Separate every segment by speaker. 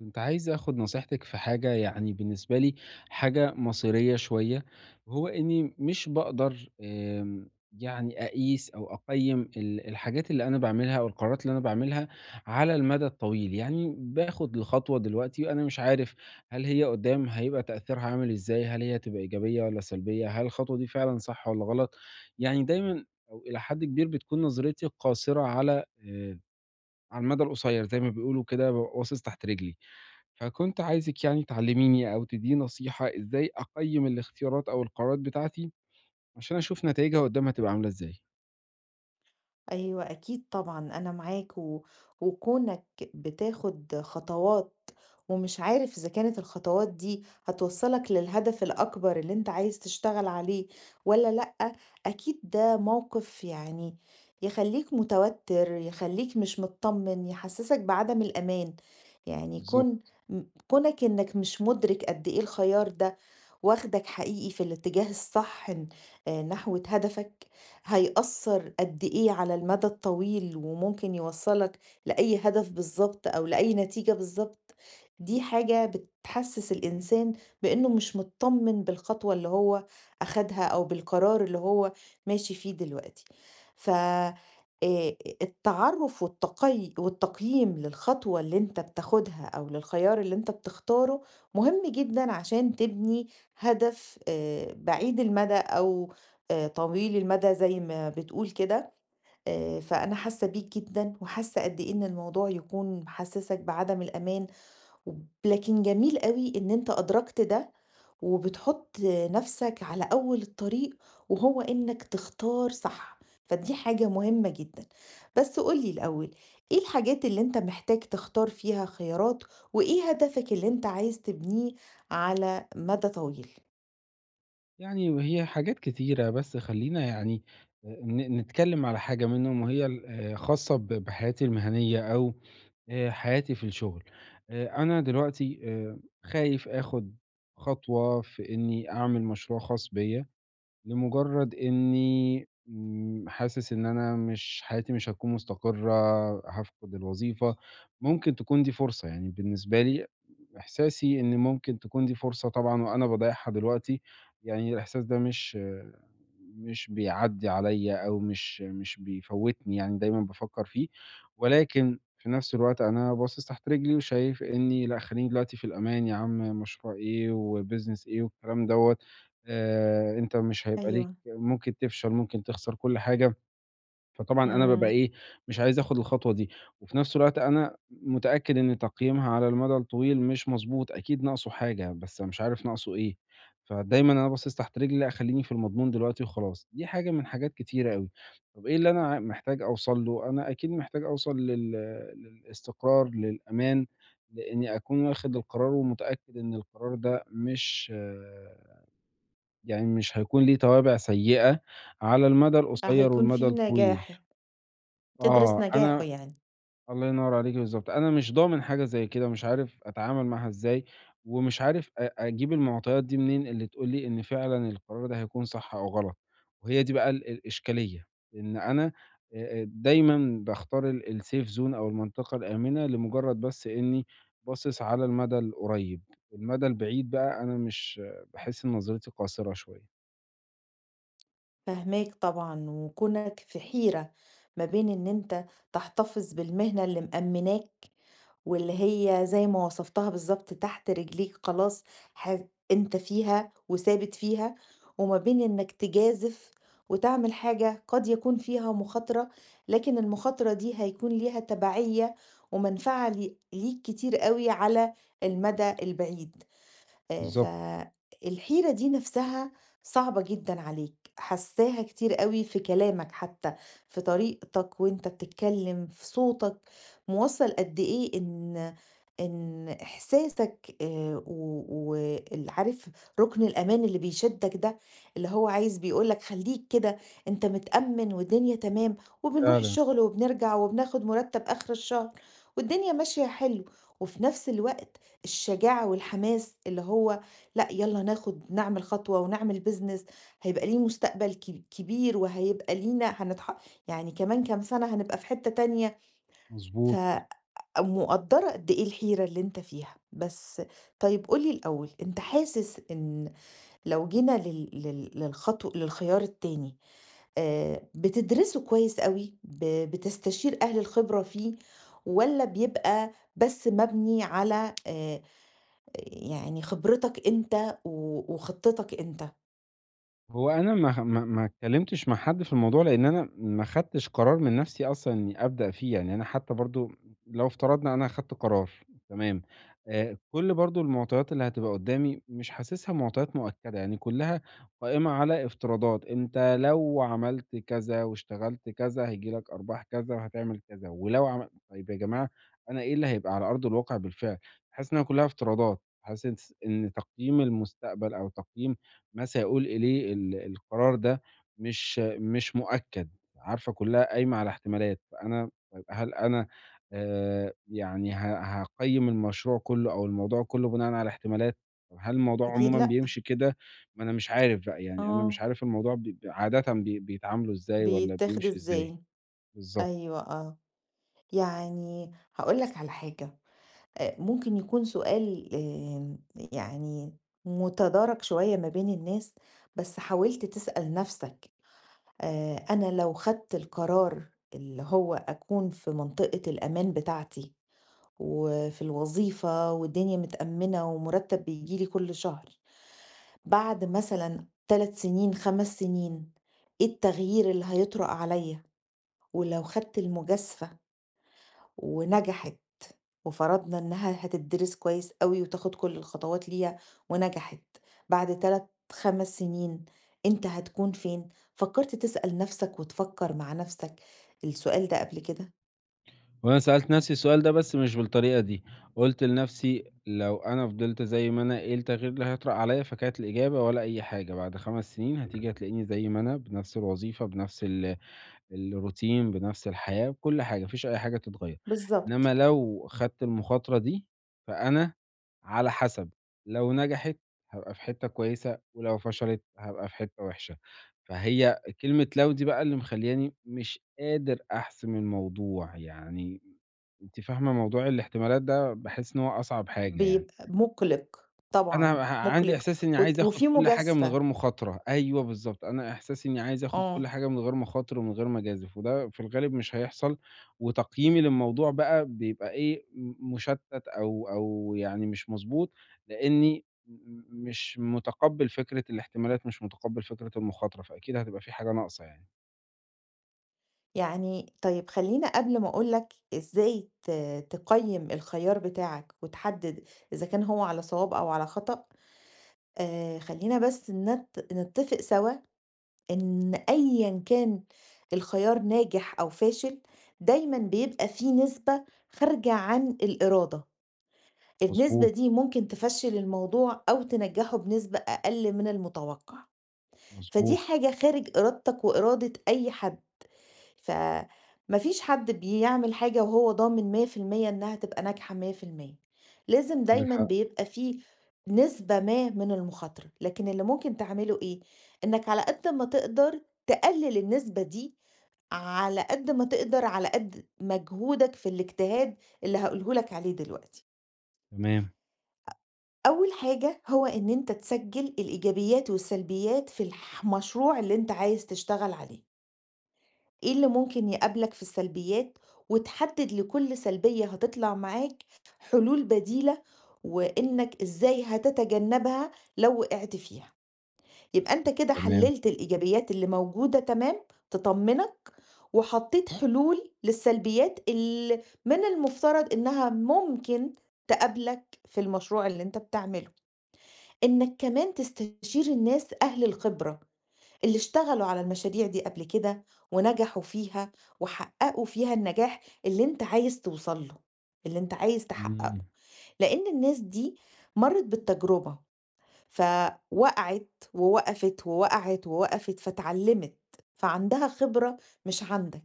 Speaker 1: كنت عايز آخد نصيحتِك في حاجة يعني بالنسبة لي حاجة مصيرية شوية، وهو إني مش باقدر يعني أقيس أو أقيّم الحاجات اللي أنا باعملها أو القرارات اللي أنا باعملها على المدى الطويل، يعني باخد الخطوة دلوقتي وأنا مش عارف هل هي قدّام هيبقى تأثيرها عامل إزاي، هل هي هتبقى إيجابية والّا سلبية، هل الخطوة دي فعلًا صح والّا غلط؟ يعني دايمًا أو إلى حد كبير بتكون نظرتي قاصرة على المدى القصير زي ما بيقولوا كده بابقى باصص تحت رجلي. فكنت عايزِك يعني تعلّميني أو تدّيني نصيحة إزاي أقيّم الاختيارات أو القرارات بتاعتي، عشان أشوف نتايجها قدّام هتبقى عاملة إزاي؟
Speaker 2: أيوه، أكيد طبعًا أنا معاك، و وكونك بتاخد خطوات ومش عارف إذا كانت الخطوات دي هتوصّلك للهدف الأكبر اللي أنت عايز تشتغل عليه والّا لأ، أكيد ده موقف يعني يخلّيك متوتر، يخلّيك مش متطمن، يحسّسك بعدم الأمان. يعني
Speaker 1: بالضبط.
Speaker 2: م كونك إنك مش مدرك قد إيه الخيار ده واخدك حقيقي في الاتجاه الصح، نحو هدفك، هيأثر قد إيه على المدى الطويل وممكن يوصلك لأي هدف بالظبط أو لأي نتيجة بالظبط. دي حاجة بتحسس الإنسان بأنه مش مطمن بالخطوة اللي هو أخدها أو بالقرار اللي هو ماشي فيه دلوقتي. ف آه، التعرف والتقييم للخطوة اللي انت بتاخدها او للخيار اللي انت بتختاره مهم جدا عشان تبني هدف بعيد المدى أو طويل المدى زي ما بتقول كده. فأنا حاسة بيك جدًا، وحاسة قد إيه إن الموضوع يكون محسسك بعدم الأمان، لكن جميل أوي إن أنت أدركت ده، وبتحط نفسك على أول الطريق، وهو إنك تختار صح، فدي حاجة مهمة جدًا. بس قُل لي الأول، إيه الحاجات اللي أنت محتاج تختار فيها خيارات، وإيه هدفك اللي أنت عايز تبنيه على مدى طويل؟
Speaker 1: يعني وهي حاجات كتيرة، بس خلّينا يعني ن نتكلّم على حاجة منهم وهي ال خاصة بحياتي المهنية أو حياتي في الشغل. أنا دلوقتي خايف آخُد خطوة في إنّي أعمل مشروع خاص بيّا لمجرد إني حاسس إن أنا مش حياتي مش هتكون مستقرة، هافقد الوظيفة، ممكن تكون دي فرصة يعني بالنسبة لي إحساسي إن ممكن تكون دي فرصة طبعًا وأنا باضيّعها دلوقتي، يعني الإحساس ده مش بيعدّي عليّا أو مش بيفوّتني يعني دايمًا بافكّر فيه، ولكن في نفس الوقت أنا باصص تحت رجلي وشايف إني لأ خلّيني دلوقتي في الأمان يا عم، مشروع إيه وbusiness إيه والكلام دوّة، أنت مش هيبقى ليك
Speaker 2: أيوه.
Speaker 1: ممكن تفشل، ممكن تخسر كل حاجة. فطبعًا أنا بابقى
Speaker 2: إمم.
Speaker 1: إيه، مش عايز آخُد الخطوة دي، وفي نفس الوقت أنا متأكد إن تقييمها على المدى الطويل مش مضبوط، أكيد ناقصه حاجة، بس مش عارف ناقصه إيه، فدايمًا أنا باصص تحت رجلي، لأ خلّيني في المضمون دلوقتي وخلاص، دي حاجة من حاجات كتيرة أوي. طَب إيه اللي أنا محتاج أوصل له؟ أنا أكيد محتاج أوصل للاستقرار، للأمان، لإني أكون واخد القرار ومتأكد إن القرار ده مش آه، يعني مش هيكون ليه توابع سيئة على المدى القصير
Speaker 2: هيكون
Speaker 1: والمدى
Speaker 2: في
Speaker 1: الطويل.
Speaker 2: نجاح، تدرس
Speaker 1: آه،
Speaker 2: نجاحه
Speaker 1: أنا
Speaker 2: يعني.
Speaker 1: الله ينور عليكِ بالضبط، أنا مش ضامن حاجة زي كده، مش عارف أتعامل معاها إزاي، ومش عارف أجيب المعطيات دي منين اللي تقول لي إن فعلًا القرار ده هيكون صح أو غلط، وهي دي بقى الإشكالية، إن أنا دايمًا باختار الsafe zone أو المنطقة الآمنة لمجرد بس إني باصص على المدى القريب، المدى البعيد بقى أنا مش باحس إن نظرتي قاصرة شوية.
Speaker 2: فاهماك طبعًا، وكونك في حيرة ما بين إن أنت تحتفظ بالمهنة اللي مأمناك، واللي هي زي ما وصفتها بالضبط تحت رجليك خلاص، ح أنت فيها وثابت فيها، وما بين إنك تجازف وتعمل حاجة قد يكون فيها مخاطرة، لكن المخاطرة دي هيكون ليها تبعية ومنفعة ليك كتير أوي على المدى البعيد.
Speaker 1: بالضبط،
Speaker 2: فالحيرة دي نفسها صعبة جدًا عليك، حاساها كتير أوي في كلامك حتى، في طريقتك وأنت بتتكلم، في صوتك، موصّل قد إيه إن إحساسك، و وال عارف رُكن الأمان اللي بيشدّك ده، اللي هو عايز بيقول لك خلّيك كده، أنت متأمّن والدنيا تمام، وبنروح
Speaker 1: فعلًا،
Speaker 2: الشغل وبنرجع وبناخد مُرتّب آخر الشهر والدنيا ماشية حلو. وفي نفس الوقت الشجاعة والحماس اللي هو لأ، يالّا ناخد نعمل خطوة ونعمل business، هيبقى ليه مستقبل كبير وهيبقى لينا، يعني كمان كام سنة هنبقى في حتّة تانية. ف
Speaker 1: مضبوط.
Speaker 2: مقدّرة قد إيه الحيرة اللي أنت فيها، بس طيب قُل لي الأول، أنت حاسس إن لو جينا لل لل للخطو للخيار التاني، بتدرسه كويس أوي، بتستشير أهل الخبرة فيه، والّا بيبقى بس مبني على يعني خبرتك أنت و وخطتك أنت؟
Speaker 1: هو أنا ما اتكلمتش مع حد في الموضوع، لإن أنا ما خدتش قرار من نفسي أصلًا إني أبدأ فيه، يعني أنا حتى برضه لو افترضنا أنا خدت قرار تمام، كل برضه المعطيات اللي هتبقى قدامي مش حاسسها معطيات مؤكدة، يعني كلها قائمة على افتراضات، أنت لو عملت كذا واشتغلت كذا هييجي لك أرباح كذا وهتعمل كذا، ولو عمل طيب يا جماعة أنا إيه اللي هيبقى على أرض الواقع بالفعل؟ حاسس إنها كلها افتراضات، حاسس إن تقييم المستقبل أو تقييم ما سيقول إليه ال القرار ده مش مؤكد، عارفة كلّها قايمة على احتمالات، فأنا طيب هل أنا يعني ه هاقيّم المشروع كلّه أو الموضوع كلّه بناءً على احتمالات، طب هل الموضوع
Speaker 2: أكيد
Speaker 1: عمومًا
Speaker 2: لأ.
Speaker 1: بيمشي كده؟ ما أنا مش عارف بقى، يعني أنا مش
Speaker 2: آه.
Speaker 1: عارف الموضوع ب ب عادةً بي بيتعاملوا إزاي والّا
Speaker 2: بيتاخد
Speaker 1: بيمشي إزاي؟
Speaker 2: إزاي؟
Speaker 1: بالضبط.
Speaker 2: أيوه، آه. يعني هاقول لك على حاجة، ممكن يكون سؤال يعني متدارك شوية ما بين الناس، بس حاولت تسأل نَفْسك، أنا لو خدت القرار اللي هو أكون في منطقة الأمان بتاعتي وفي الوظيفة والدنيا متأمِّنة ومُرتَّب بييجي لي كل شهر، بعد مثلًا 3 سنين، 5 سنين، إيه التغيير اللي هيطرأ عليَّ؟ ولو خدت المجازفة ونجحت وفرضنا إنها هتدرس كويس أوي وتاخد كل الخطوات ليها ونجحت، بعد 3، 5 سنين أنت هتكون فين؟ فكرت تسأل نفسك وتفكر مع نفسك السؤال ده قبل كده؟
Speaker 1: وأنا سألت نفسي السؤال ده بس مش بالطريقة دي، قُلت لنفسي لو أنا فضلت زي ما أنا إيه التغيير اللي هيطرأ عليَّ؟ فكانت الإجابة ولا أي حاجة، بعد 5 سنين هتيجي هتلاقيني زي ما أنا بنفس الوظيفة بنفس ال الروتين بنفس الحياة بكل حاجة، ما فيش أي حاجة تتغيّر. إنّما
Speaker 2: بالضبط.
Speaker 1: لو خدت المخاطرة دي، فأنا على حسب، لو نجحت هابقى في حتّة كويسة، ولو فشلت هابقى في حتّة وحشة. فهي كلمة لو دي بقى اللي مخلّياني مش قادر أحسم الموضوع، يعني أنتِ فاهمة موضوع الاحتمالات ده باحس إن هو أصعب حاجة يعني.
Speaker 2: بيبقى مُقلق،
Speaker 1: أنا
Speaker 2: طبعًا
Speaker 1: ه عندي
Speaker 2: مُقلق
Speaker 1: إحساس إني عايز آخُد
Speaker 2: وفيه
Speaker 1: كل حاجة من
Speaker 2: مجازفة.
Speaker 1: غير مخاطرة، أيوه بالضبط، أنا إحساسي إني عايز آخُد كل
Speaker 2: آه.
Speaker 1: حاجة من غير مخاطر ومن غير ما أجازف، وده في الغالب مش هيحصل، وتقييمي للموضوع بقى بيبقى إيه، مُشتَّت أو يعني مش مضبوط، لإني مش متقبّل فكرة الاحتمالات، مش متقبّل فكرة المخاطرة، فأكيد هتبقى في حاجة ناقصة يعني.
Speaker 2: يعني طيب خلّيني قبل ما أقول لك إزاي تقيّم الخيار بتاعك وتحدد إذا كان هو على صواب أو على خطأ، خلّينا بس نتفق سوا إن أيًا كان الخيار ناجح أو فاشل، دايمًا بيبقى في نسبة خارجة عن الإرادة، النسبة
Speaker 1: مضبوط،
Speaker 2: دي ممكن تفشّل الموضوع أو تنجّحه بنسبة أقل من المتوقع. فدي
Speaker 1: مضبوط،
Speaker 2: حاجة خارج إرادتك وإرادة أي حد. فما فيش حد بيعمل حاجة وهو ضامن 100% إنها تبقى ناجحة 100%، لازم
Speaker 1: عندِك
Speaker 2: دايما
Speaker 1: حق،
Speaker 2: بيبقى فيه نسبة ما من المخاطرة. لكن اللي ممكن تعمله إيه؟ إنك على قد ما تقدر تقلل النسبة دي، على قد ما تقدر، على قد مجهودك في الاجتهاد اللي هقوله لك عليه دلوقتي.
Speaker 1: تمام،
Speaker 2: أول حاجة هو إن أنت تسجل الإيجابيات والسلبيات في المشروع اللي أنت عايز تشتغل عليه، إيه اللي ممكن يقابلك في السلبيات، وتحدد لكل سلبية هتطلع معاك حلول بديلة، وإنك إزاي هتتجنبها لو وقعت فيها. يبقى أنت كده
Speaker 1: تمام،
Speaker 2: حللت الإيجابيات اللي موجودة تمام تطمنك، وحطيت حلول للسلبيات اللي من المفترض إنها ممكن تقابلك في المشروع اللي أنت بتعمله. إنك كمان تستشير الناس أهل الخبرة اللي اشتغلوا على المشاريع دي قبل كده ونجحوا فيها وحققوا فيها النجاح اللي أنت عايز توصل له، اللي أنت عايز تحققه،
Speaker 1: إمم،
Speaker 2: لأن الناس دي مرّت بالتجربة، فوقعت ووقفت، ووقعت ووقفت، فاتعلمت، فعندها خبرة مش عندك.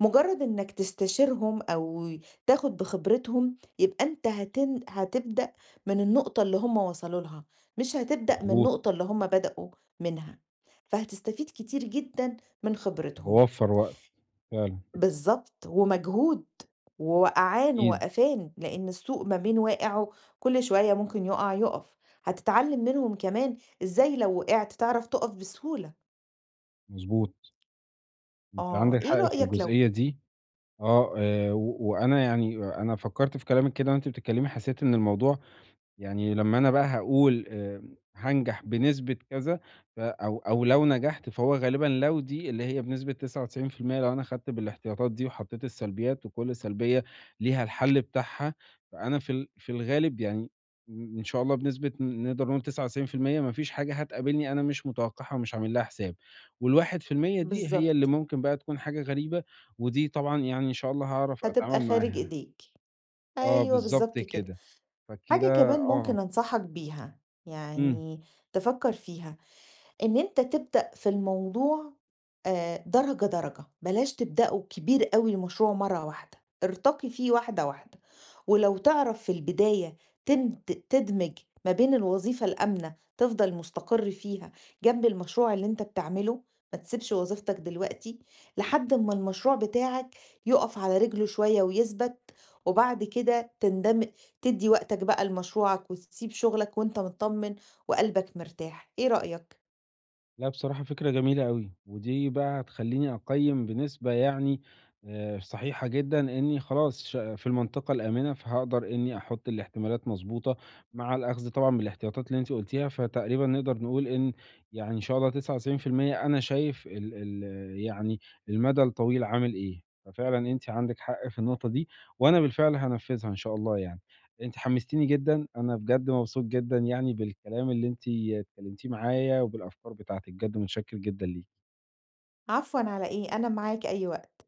Speaker 2: مجرد إنك تستشيرهم أو تاخد بخبرتهم يبقى أنت هتبدأ من النقطة اللي هم وصلوا لها، مش هتبدأ من
Speaker 1: مضبوط،
Speaker 2: النقطة اللي هم بدأوا منها، فهتستفيد كتير جدا من خبرتهم،
Speaker 1: هاوفّر وقت فعلًا،
Speaker 2: بالظبط، ومجهود ووقعان
Speaker 1: أكيد،
Speaker 2: وقفان، لأن السوق ما بين واقع كل شوية ممكن يقع يقف. هتتعلم منهم كمان إزاي لو وقعت تعرف تقف بسهولة.
Speaker 1: مضبوط. أنتِ
Speaker 2: آه،
Speaker 1: عندِك
Speaker 2: إيه
Speaker 1: حق في
Speaker 2: رأيك لو
Speaker 1: الجزئية دي، آه، و وأنا يعني أنا فكّرت في كلامِك كده وأنتِ بتتكلمي، حسيت إن الموضوع يعني لمّا أنا بقى هاقول هانجح بنسبة كذا ف أو أو لو نجحت فهو غالبًا لو دي اللي هي بنسبة 99% لو أنا خدت بالاحتياطات دي وحطيت السلبيات وكل سلبية ليها الحل بتاعها، فأنا في ال في الغالب يعني إن شاء الله بنسبة نقدر نقول 99% ما فيش حاجة هتقابلني أنا مش متوقعها ومش عامل لها حساب، وال1% دي هي اللي
Speaker 2: بالظبط
Speaker 1: ممكن بقى تكون حاجة غريبة، ودي طبعًا يعني إن شاء الله هاعرف
Speaker 2: هتبقى
Speaker 1: أتعامل
Speaker 2: خارج
Speaker 1: معاها.
Speaker 2: إيديك؟
Speaker 1: آه
Speaker 2: أيوه
Speaker 1: بالضبط
Speaker 2: بالضبط كده.
Speaker 1: كده.
Speaker 2: حاجة
Speaker 1: فكده
Speaker 2: كمان
Speaker 1: آه.
Speaker 2: ممكن أنصحك بيها،
Speaker 1: إمم.
Speaker 2: يعني تفكّر فيها، إن أنت تبدأ في الموضوع درجة، درجة، بلاش تبدأه كبير أوي المشروع مرّة واحدة، ارتقي فيه واحدة، واحدة، ولو تعرف في البداية تند تدمج ما بين الوظيفة الآمنة، تفضل مستقر فيها جنب المشروع اللي أنت بتعمله، ما تسيبش وظيفتك دلوقتي، لحد أمّا المشروع بتاعك يُقف على رجله شوية ويثبت، وبعد كده تدّي وقتك بقى لمشروعك وتسيب شغلك وأنت متطمن وقلبك مرتاح، إيه رأيك؟
Speaker 1: لأ، بصراحة فكرة جميلة أوي، ودي بقى هتخلّيني أقيّم بنسبة يعني صحيحة جدًا إني خلاص في المنطقة الآمنة، فهاقدر إني أحُط الاحتمالات مضبوطة مع الأخذ طبعًا بالاحتياطات اللي أنتِ قُلتيها، فتقريبًا نقدر نقول إن يعني إن شاء الله 99% أنا شايف ال يعني المدى الطويل عامل إيه، ففعلًا أنتِ عندِك حق في النقطة دي، وأنا بالفعل هانفّذها إن شاء الله يعني. أنتِ حمستيني جدًا، أنا بجد مبسوط جدًا يعني بالكلام اللي أنتِ اتكلمتيه معايا وبالأفكار بتاعتِك، بجد متشكر جدًا ليكِ.
Speaker 2: عفوًا على إيه، أنا معاك أي وقت.